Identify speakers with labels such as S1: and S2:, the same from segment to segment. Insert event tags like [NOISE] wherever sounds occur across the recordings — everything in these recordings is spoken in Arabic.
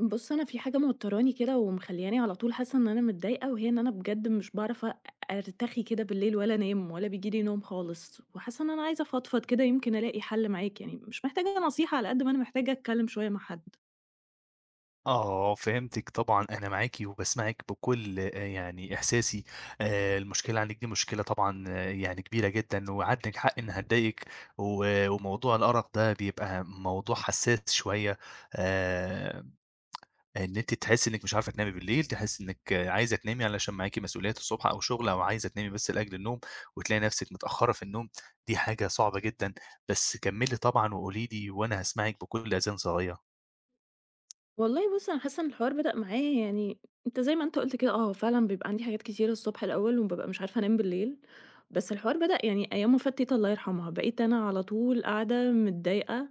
S1: بُص، أنا في حاجة موتّراني كده ومخلّياني على طول حاسة إن أنا متضايقة، وهي إن أنا بجد مش باعرف أرتخي كده بالليل ولا أنام ولا بييجي لي نوم خالص، وحاسة إن أنا عايزة أفضفض كده يمكن ألاقي حل معاك، يعني مش محتاجة نصيحة على قد ما أنا محتاجة أتكلّم شوية مع حد.
S2: آه، فهمتِك طبعًا، أنا معاكِ وباسمعِك بكل يعني إحساسي. المشكلة عندِك دي مشكلة طبعًا آه، يعني كبيرة جدًا، وعندِك حق إنها تضايقِك. وموضوع الأرق ده بيبقى موضوع حساس شوية. آآ، إن أنتِ تحسي إنِك مش عارفة تنامي بالليل، تحسي إنِك آه، عايزة تنامي علشان معاكِ مسؤوليات الصبح أو شغل أو عايزة تنامي بس لأجل النوم، وتلاقي نفسِك متأخرة في النوم، دي حاجة صعبة جدًا. بس كمّلي طبعًا وقولي لي وأنا هاسمعِك بكل أذان صاغية.
S1: والله بُص، أنا حاسة إن الحوار بدأ معايا يعني أنت زي ما أنت قُلت كده آه، فعلًا بيبقى عندي حاجات كتيرة الصبح الأول وبابقى مش عارفة أنام بالليل، بس الحوار بدأ يعني أيام وفاة تيتة الله يرحمها، بقيت أنا على طول قاعدة متضايقة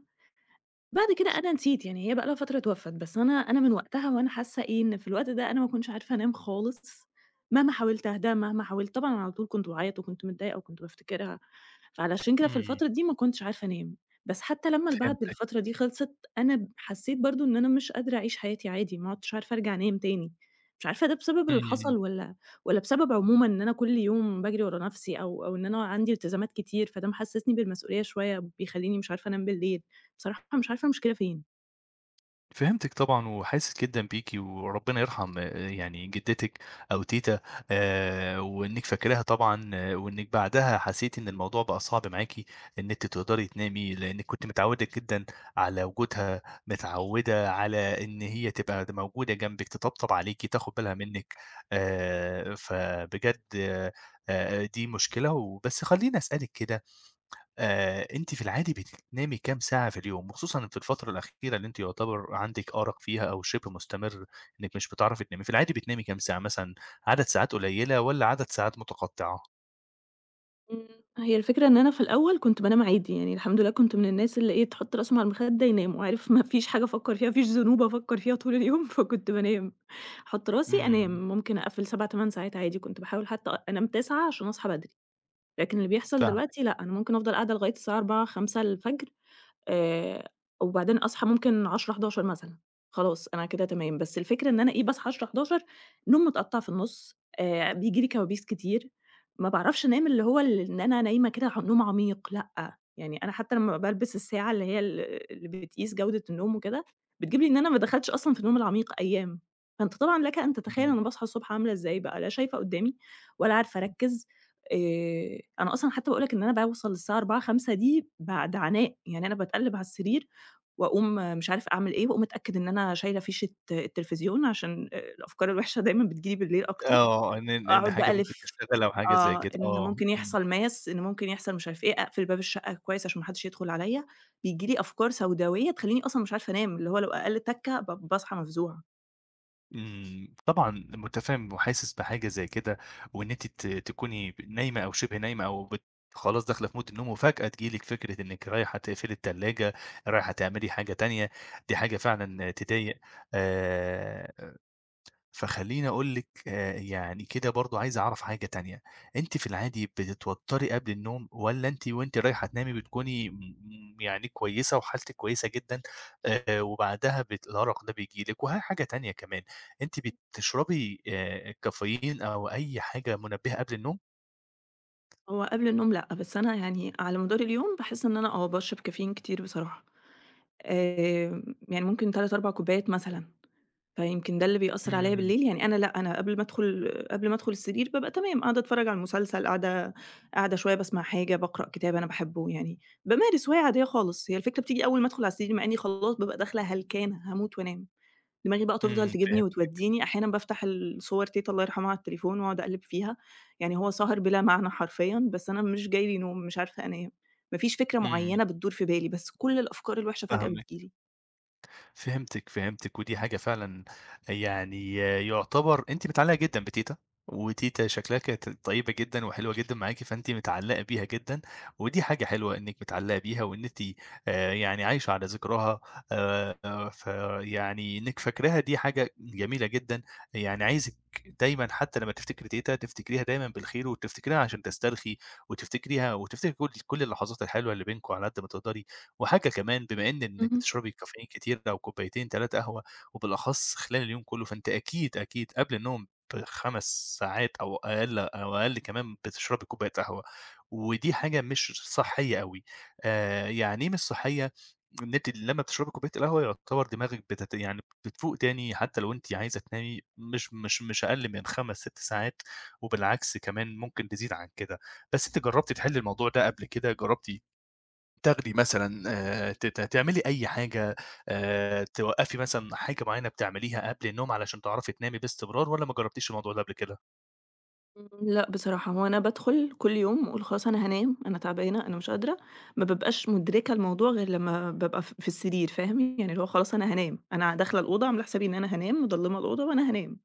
S1: بعد كده أنا نسيت، يعني هي بقى لها فترة اتوفّت، بس أنا من وقتها وأنا حاسة إيه، إن في الوقت ده أنا ما كنتش عارفة أنام خالص، مهما حاولت أهدى، مهما حاولت طبعًا أنا على طول كنت باعيط وكنت متضايقة وكنت بافتكرها، فعلشان كده في
S2: إمم.
S1: الفترة دي ما كنتش عارفة أنام، بس حتى لمّا بعد
S2: فهمتِك.
S1: الفترة دي خلصت، أنا حسيت برضه إن أنا مش قادرة أعيش حياتي عادي، ما عُدتش عارفة أرجع أنام تاني، مش عارفة ده بسبب اللي
S2: إمم.
S1: حصل والّا بسبب عمومًا إن أنا كل يوم باجري ورا نفسي أو إن أنا عندي التزامات كتير، فده محسسني بالمسؤولية شوية، بيخلّيني مش عارفة أنام بالليل. بصراحة مش عارفة المشكلة فين.
S2: فهمتِك طبعًا، وحاسس جدًا بيكِ، وربنا يرحم يعني جدتِك أو تيتة. وإنِّك فاكراها طبعًا، وإنِّك بعدها حسيتِ إن الموضوع بقى صعب معاكِ إن أنتِ تقدري تنامي، لإنِّك كنتِ متعوّدة جدًا على وجودها، متعوّدة على إن هي تبقى موجودة جنبِك، تطبطب عليكِ، تاخد بالها منِّك. فبجد دي مشكلة، وبس خلّيني أسألِك كده. أنتِ في العادي بتنامي كام ساعة في اليوم؟ وخصوصًا في الفترة الأخيرة اللي أنتِ يعتبر عندِك أرق فيها أو شِبه مستمر إنِّك مش بتعرفي تنامي، في العادي بتنامي كام ساعة مثلًا، عدد ساعات قليلة والّا عدد ساعات متقطعة؟
S1: إمم. هي الفكرة إن أنا في الأول كنت بانام عادي، يعني الحمد لله كنت من الناس اللي إيه، تحُط راسهم على المخدة ينام، وعارف [LAUGHS] ما فيش حاجة أفكّر فيها، ما فيش ذنوب أفكّر فيها طول اليوم، [LAUGHS] فكنت بانام. أحُط راسي
S2: إمم.
S1: أنام، ممكن أقفّل 7، 8 ساعات عادي، كنت باحاول حتى أنام 9 عشان أصحى بدري، لكن اللي بيحصل
S2: فاهمِك.
S1: دلوقتي لأ، أنا ممكن أفضل قاعدة لغاية الساعة 04:00، 05:00 الفجر. آآ وبعدين أصحى ممكن 22:00، 23:00 مثلًا، خلاص أنا كده تمام، بس الفكرة إن أنا إيه، باصحى 22:00، 23:00 نوم متقطّع في النُص، بييجي لي كوابيس كتير، ما باعرفش أنام اللي هو إن أنا نايمة كده ع نوم عميق لأ، يعني أنا حتى لمّا بالبس الساعة اللي هي اللي بتقيس جودة النوم وكده، بتجيب لي إن أنا ما دخلتش أصلًا في النوم العميق أيام، فأنت طبعًا لك أن تتخيل
S2: إمم.
S1: أنا باصحى الصبح عاملة إزاي بقى، لا شايفة قدّامي ولا عارفة أركّز. أنا أصلًا حتى باقول لك إن أنا باوصل للساعة 16:00، 17:00 دي بعد عناء، يعني أنا باتقلّب على السرير وأقوم مش عارفة أعمل إيه، وأقوم أتأكد إن أنا شايلة فيشة التلفزيون عشان الأفكار الوحشة دايمًا بتيجي لي بالليل أكتر،
S2: آه، إن
S1: أقعد بقى
S2: حاجة ممكن
S1: ألِف
S2: تشتغل أو حاجة زي
S1: آه،
S2: كده،
S1: إن
S2: آه.
S1: ممكن
S2: إمم.
S1: يحصل ماس، إن ممكن يحصل مش عارف إيه، أقفل باب الشقة كويس عشان ما حدش يدخل عليَّ، بييجي لي أفكار سوداوية تخلّيني أصلًا مش عارفة أنام، اللي هو لو أقل تَكّة باصحى مفزوعة.
S2: إمم، طبعًا مُتفهِّم وحاسس بحاجة زي كده، وإن أنتِ تكوني نايمة أو شِبه نايمة أو خلاص داخلة في مود النوم وفجأة تيجي لِك فكرة إنِّك رايحة تقفلي التلاجة، رايحة تعملي حاجة تانية، دي حاجة فعلًا تضايق. آآ فخلّيني أقول لِك يعني كده برضه عايز أعرف حاجة تانية، أنتِ في العادي بتتوتّري قبل النوم والّا أنتِ وأنتِ رايحة تنامي بتكوني يعني كويسة وحالتِك كويسة جدًا. وبعدها الأرق ده بييجي لِك؟ وها حاجة تانية كمان، أنتِ بتشربي كافيين أو أي حاجة منبهة قبل النوم؟
S1: هو قبل النوم لأ، بس أنا يعني على مدار اليوم باحس إن أنا آه باشرب كافيين كتير بصراحة. يعني ممكن 3، 4 كوبايات مثلًا، فيمكن ده اللي بيأثّر عليَّ
S2: إمم.
S1: بالليل، يعني أنا لأ، أنا قبل ما أدخل السرير بابقى تمام، قاعدة أتفرّج على مسلسل، قاعدة شوية باسمع حاجة، باقرأ كتاب أنا باحبه، يعني بامارس هواية عادية خالص، هي الفكرة بتيجي أول ما أدخل على السرير، مع إني خلاص بابقى داخلة هلكانة هاموت وأنام، دماغي بقى تفضل
S2: إمم.
S1: تجيبني
S2: فهمت.
S1: وتودّيني، أحيانًا بافتح الصور تيتة الله يرحمها على التليفون وأقعد أقلِّب فيها، يعني هو سهر بلا معنى حرفيًا، بس أنا مش جاي لي نوم، مش عارفة أنام، ما فيش فكرة
S2: إمم.
S1: معيّنة بتدور في بالي، بس كل الأفكار الوحشة فجأة
S2: فاهمِك.
S1: بتيجي لي.
S2: فهمتِك، فهمتِك، ودي حاجة فعلًا يعني يُعتبر أنتِ متعلّقة جدًا بتيتة، وتيتة شكلها كانت طيبة جدًا وحلوة جدًا معاكِ، فأنتِ متعلّقة بيها جدًا، ودي حاجة حلوة إنِّك متعلّقة بيها وإن أنتِ يعني عايشة على ذكراها. فيعني إنِّك فاكراها دي حاجة جميلة جدًا، يعني عايزِك دايمًا حتى لمّا تفتكري تيتة، تفتكريها دايمًا بالخير وتفتكريها عشان تسترخي وتفتكريها وتفتكري كل كل اللحظات الحلوة اللي بينكم على قد ما تقدري. وحاجة كمان بما إنِّك
S1: اهم.
S2: بتشربي كافيين كتير أو كوبايتين 3 قهوة، وبالأخص خلال اليوم كلّه، فأنتِ أكيد، أكيد قبل النوم ب5 ساعات أو أقل أو أقل كمان بتشربي كوباية قهوة، ودي حاجة مش صحّية أوي. يعني إيه مش صحّية؟ إن أنتِ لمّا بتشربي كوباية القهوة يعتبر دماغِك يعني بتفوق تاني حتى لو أنتِ عايزة تنامي مش أقل من 5، 6 ساعات، وبالعكس كمان ممكن تزيد عن كده. بس أنتِ جرّبتِ تحلّي الموضوع ده قبل كده، جرّبتِ تاخدي مثلًا ت ت تعملي أي حاجة توقّفي مثلًا حاجة معيّنة بتعمليها قبل النوم علشان تعرفي تنامي باستمرار والّا ما جرّبتيش الموضوع ده قبل كده؟
S1: إمم، لأ بصراحة، هو أنا بادخل كل يوم وأقول خلاص أنا هانام، أنا تعبانة، أنا مش قادرة، ما بابقاش مدركة الموضوع غير لمّا بابقى في السرير، فاهم؟ يعني اللي هو خلاص أنا هانام، أنا داخلة الأوضة عاملة حسابي إن أنا هانام، مضلِّمة الأوضة وأنا هانام.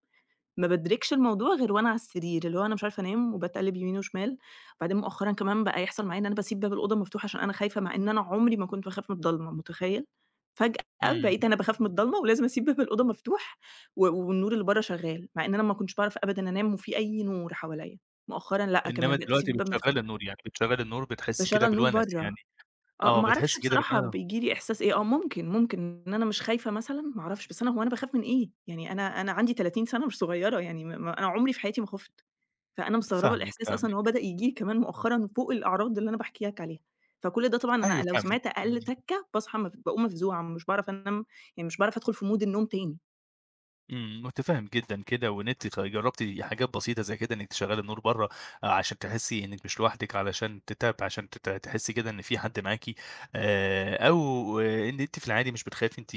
S1: ما بادركش الموضوع غير وأنا على السرير، اللي هو أنا مش عارفة أنام وباتقلّب يمين وشمال، وبعدين مؤخرًا كمان بقى يحصل معايا إن أنا باسيب باب الأوضة مفتوح عشان أنا خايفة، مع إن أنا عمري ما كنت باخاف من الضلمة، متخيّل؟ فجأة
S2: إمم.
S1: بقيت أنا باخاف من الضلمة ولازم أسيب باب الأوضة مفتوح والنور اللي برّه شغّال، مع إن أنا ما كنتش باعرف أبدًا أنام وفي أي نور حواليّا، مؤخرًا لأ
S2: إنّما
S1: كمان بقيت أسيب
S2: دلوقتي
S1: الباب
S2: بتشغّلي
S1: مفتوح،
S2: النور، يعني بتشغّلي النور بتحسّي كده
S1: باشغّل نور
S2: بالونس يعني.
S1: برّه. آه،
S2: آه،
S1: ما أعرفش
S2: بتحسّي كده بال
S1: بصراحة
S2: آه،
S1: بييجي لي إحساس إيه، آه ممكن، ممكن إن أنا مش خايفة مثلًا، ما أعرفش، بس أنا هو أنا باخاف من إيه؟ يعني أنا عندي 30 سَنة مش صغيرة يعني ما أنا عمري في حياتي ما خُفت، فأنا مستغربة
S2: فاهمِك.
S1: الإحساس أصلًا إن هو
S2: فاهمِك.
S1: بدأ ييجي لي كمان مؤخرًا فوق الأعراض اللي أنا باحكي لك عليها، فكل ده طبعًا أنا
S2: أيوه،
S1: لو
S2: فاهمِك.
S1: سمعت أقل
S2: إمم.
S1: تَكّة باصحى باقوم مفزوعة، مش باعرف أنام، يعني مش باعرف أدخل في mood النوم تاني.
S2: إمم، متفهم جدًا كده، وإن أنتِ جربتِ حاجات بسيطة زي كده إنِك تشغّلي النور برّه، آه، عشان تحسّي إنِك مش لوحدِك، علشان تتاب عشان تت تحسّي كده إن في حد معاكِ. أو آه، إن أنتِ في العادي مش بتخافي أنتِ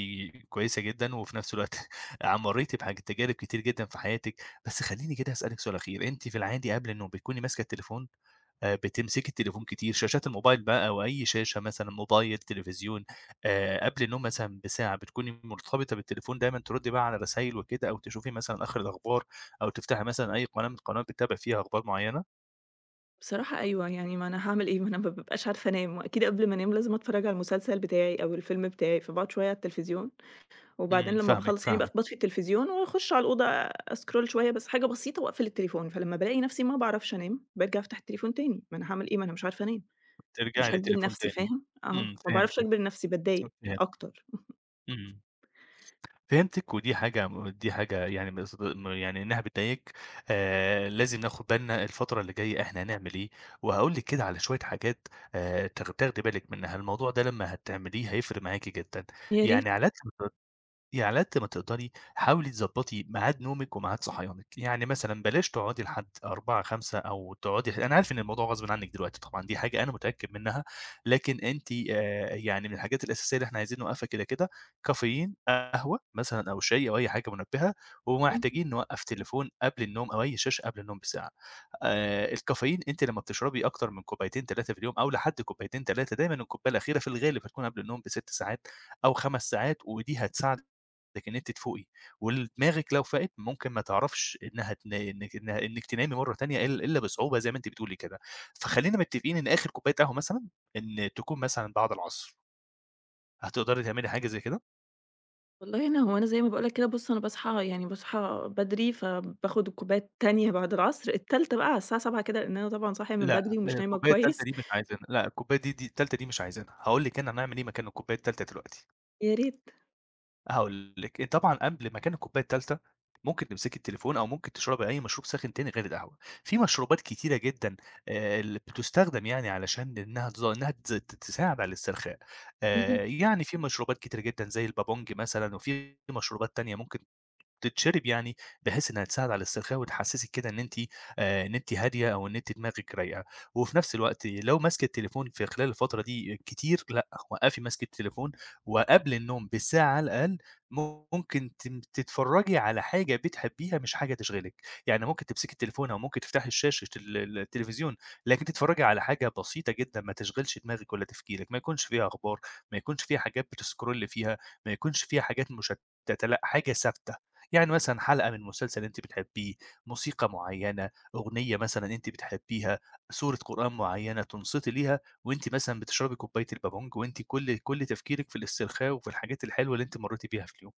S2: كويسة جدًا، وفي نفس الوقت [LAUGHS] مريتِ تجارب كتير جدًا في حياتِك، بس خلّيني كده أسألِك سؤال أخير، أنتِ في العادي قبل النوم بتكوني ماسكة التليفون؟ بتمسكي التليفون كتير، شاشات الموبايل بقى أو أي شاشة مثلًا موبايل، تلفزيون، قبل النوم مثلًا بساعة بتكوني مرتبطة بالتليفون دايمًا تردّي بقى على رسايل وكده أو تشوفي مثلًا آخر الأخبار أو تفتحي مثلًا أي قناة من القنوات بتتابعي فيها أخبار معيّنة؟
S1: بصراحة أيوه، يعني ما أنا هاعمل إيه؟ ما أنا ما بابقاش عارفة أنام، وأكيد قبل ما أنام لازم أتفرّج على المسلسل بتاعي أو الفيلم بتاعي، فباقعد شوية على التلفزيون وبعدين
S2: إمم.
S1: لمّا
S2: فاهمِك.
S1: باخلّص يعني
S2: فاهمِك.
S1: باخبط في التلفزيون وأخُش على الأوضة أscroll شوية بس حاجة بسيطة وأقفل التليفون، فلمّا بالاقي نفسي ما باعرفش أنام، بارجع أفتح التليفون تاني، ما أنا هاعمل إيه؟ ما أنا مش عارفة أنام،
S2: ترجعي
S1: مش هاجبر
S2: للتليفون
S1: نفسي
S2: تاني.
S1: فاهم؟ آه،
S2: إمم.
S1: ما باعرفش
S2: فهمتِك.
S1: أجبر نفسي باتضايق
S2: فهمت.
S1: أكتر.
S2: إمم. فهمتِك. ودي حاجة يعني م صد م يعني إنها بتضايقِك. لازم ناخد بالنا الفترة اللي جاية إحنا هنعمل إيه، وهاقول لِك كده على شوية حاجات تاخدي بالِك منها، الموضوع ده لمّا هتعمليه هيفرق معاكِ جدًا.
S1: يا
S2: يعني
S1: ريت،
S2: على قد يعني على قد ما تقدري حاولي تضبّطي ميعاد نومِك وميعاد صحيانِك، يعني مثلًا بلاش تقعدي لحد 16:00، 17:00 أو تقعدي، أنا عارف إن الموضوع غصبٍ عنِّك دلوقتي طبعًا، دي حاجة أنا متأكد منها. لكن أنتِ يعني من الحاجات الأساسية اللي إحنا عايزين نوقّفها كده، كافيين، قهوة مثلًا أو شاي أو أي حاجة منبهة،
S1: اهم.
S2: ومحتاجين نوقّف تليفون قبل النوم أو أي شاشة قبل النوم بساعة. الكافيين أنتِ لمّا بتشربي أكتر من كوبايتين 3 في اليوم أو لحد كوبايتين 3 دايمًا الكوباية الأخيرة في الغالب هتكون قبل النوم ب6 ساعات أو 5 ساعات، ودي هتساعدِك لكن أنتِ تفوقي، ودماغِك لو فاقت ممكن ما تعرفش إنها تنا إنِك إنها إنِك تنامي مرّة تانية إلا بصعوبة زي ما أنتِ بتقولي كده، فخلّينا متفقين إن آخر كوباية قهوة مثلًا إن تكون مثلًا بعد العصر، هتقدري تعملي حاجة زي كده؟
S1: والله أنا هو أنا زي ما باقول لك كده بُص أنا باصحى يعني باصحى بدري، فباخد الكوباية التانية بعد العصر، التالتة بقى على الساعة 07:00 كده لإن أنا طبعًا صاحية من
S2: لأ،
S1: بدري ومش نايمة
S2: الكوباية التالتة
S1: كويس.
S2: دي مش عايزينها، لأ الكوباية دي التالتة دي مش عايزينها، هاقول لِك أنا هنعمل إيه مكان الكوباية التالتة دلوقتي.
S1: يا ريت.
S2: هاقول لِك، طبعًا قبل مكان الكوباية التالتة ممكن تمسكي التليفون أو ممكن تشربي أي مشروب ساخن تاني غير القهوة. في مشروبات كتيرة جدًا اللي بتُستخدم يعني علشان إنها تز إنها تز ت تساعد على الاسترخاء.
S1: اهم.
S2: يعني في مشروبات كتيرة جدًا زي البابونج مثلًا وفي مشروبات تانية ممكن تتشرب يعني، بحيث إنها تساعد على الاسترخاء وتحسّسِك كده إن أنتِ إن أنتِ هادية أو إن أنتِ دماغِك رايقة، وفي نفس الوقت لو ماسكة التليفون في خلال الفترة دي كتير، لأ، وقّفي مسكة التليفون وقبل النوم بساعة على الأقل ممكن تتفرّجي على حاجة بتحبيها مش حاجة تشغلِك، يعني ممكن تمسكي التليفون أو ممكن تفتحي الشاشة ال ال التلفزيون، لكن تتفرّجي على حاجة بسيطة جدًا ما تشغلش دماغِك ولا تفكيرِك، ما يكونش فيها أخبار، ما يكونش فيها حاجات بتسكرولي فيها، ما يكونش فيها حاجات مشتتة، لأ، حاجة ثابتة. يعني مثلًا حلقة من مسلسل أنتِ بتحبيه، موسيقى معيّنة، أغنية مثلًا أنتِ بتحبيها، سورة قرآن معيّنة تنصتي ليها وأنتِ مثلًا بتشربي كوباية البابونج وأنتِ كل كل تفكيرِك في الاسترخاء وفي الحاجات الحلوة اللي أنتِ مرّيتِ بيها في اليوم.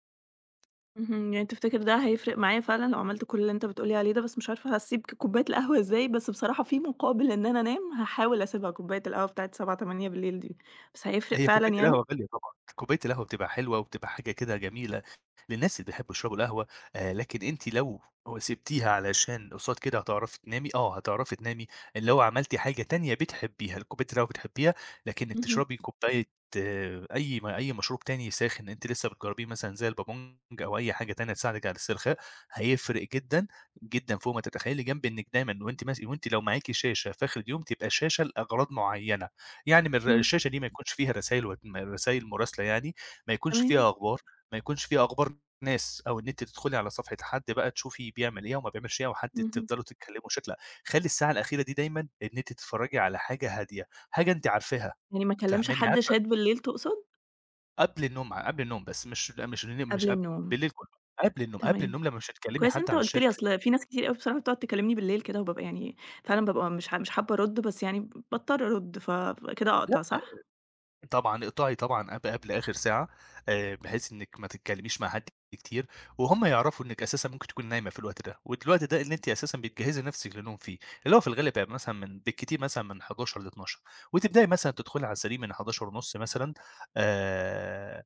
S1: اهم، يعني تفتكر ده هيفرق معايا فعلًا لو عملت كل اللي أنت بتقول لي عليه ده، بس مش عارفة هاسيب كوباية القهوة إزاي، بس بصراحة في مقابل إن أنا أنام هاحاول أسيبها كوباية القهوة بتاعة 19:00، 20:00 دي، بس هيفرق
S2: هي
S1: فعلًا
S2: كوباية
S1: يعني؟
S2: القهوة غالية طبعًا، كوباية القهوة بتبقى حلوة وبتبقى حاجة كده جميلة للناس اللي بيحبوا يشربوا القهوة. لكن أنتِ لو سِبتيها علشان قصاد كده هتعرفي تنامي، آه هتعرفي تنامي، اللي هو عملتِ حاجة تانية بتحبيها، كوباية القهوة بتحبيها، لكنِّك
S1: اهم،
S2: تشربي كوباية آه، أي مشروب تاني ساخن أنتِ لسه بتجربيه مثلًا زي البابونج أو أي حاجة تانية تساعدِك على الاسترخاء، هيفرق جدًا، جدًا فوق ما تتخيلي، جنب إنِّك دايمًا وأنتِ لو معاكِ شاشة في آخر اليوم تبقى شاشة لأغراض معينة. يعني من الر
S1: إمم،
S2: الشاشة دي ما يكونش فيها رسايل مراسلة يعني، ما يكونش
S1: تمام،
S2: فيها أخبار، ما يكونش فيها أخبار ناس، أو إن أنتِ تدخلي على صفحة حد بقى تشوفي بيعمل إيه وما بيعملش إيه، أو حد
S1: اهم،
S2: تفضلوا تتكلموا بشكل لأ، خلّي الساعة الأخيرة دي دايمًا إن أنتِ تتفرجي على حاجة هادية، حاجة أنتِ عارفاها،
S1: يعني ما اكلمش
S2: فاهماني؟
S1: حد شات
S2: عارفة
S1: بالليل تقصد؟
S2: قبل النوم بس مش لأ مش مش
S1: قبل
S2: قبل
S1: النوم،
S2: بالليل كله، قبل النوم، قبل
S1: تمام،
S2: النوم لمّا مش هتكلمي
S1: كويس
S2: حد
S1: أنت
S2: على
S1: قُلت
S2: الشات
S1: لي أصل في ناس كتير أوي بصراحة بتقعد تكلمني بالليل كده وبابقى يعني فعلًا بابقى مش حابة أرد، بس يعني باضطر أرد، فكده أقطع
S2: لأ.
S1: صح؟
S2: طبعًا اقطعي طبعًا قبل آخر ساعة، بحيث إنِّك ما تتكلميش مع حد كتير، وهُم يعرفوا إنِّك أساسًا ممكن تكوني نايمة في الوقت ده، والوقت ده اللي أنتِ أساسًا بتجهزي نفسِك للنوم فيه، اللي هو في الغالب هيبقى مثلًا من بالكتير مثلًا من 23:00 ل12:00 وتبدئي مثلًا تدخلي على السرير من 23:30 مثلًا. آآ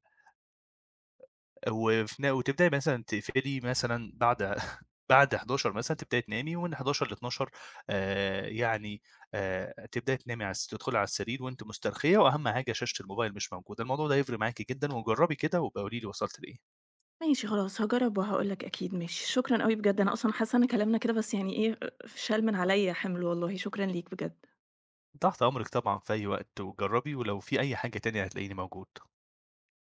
S2: وفي ن وتبدئي مثلًا تقفلي مثلًا بعد [LAUGHS] بعد 11:00 مثلًا تبدئي تنامي، ومن 11:00 ل12:00 آآ يعني تبدئي تنامي على تدخلي على السرير وأنتِ مسترخية، وأهم حاجة شاشة الموبايل مش موجودة، الموضوع ده هيفرق معاكِ جدًا، وجربي كده وابقي قولي لي وصلت لإيه.
S1: ماشي خلاص هاجرّب وهاقول لك أكيد ماشي، شكرًا أوي بجد أنا أصلًا حاسة إن كلامنا كده بس يعني إيه، شال من عليَّ حِمل والله، شكرًا ليك بجد.
S2: تحت أمرِك طبعًا في أي وقت، وجربي ولو في أي حاجة تانية هتلاقيني موجود.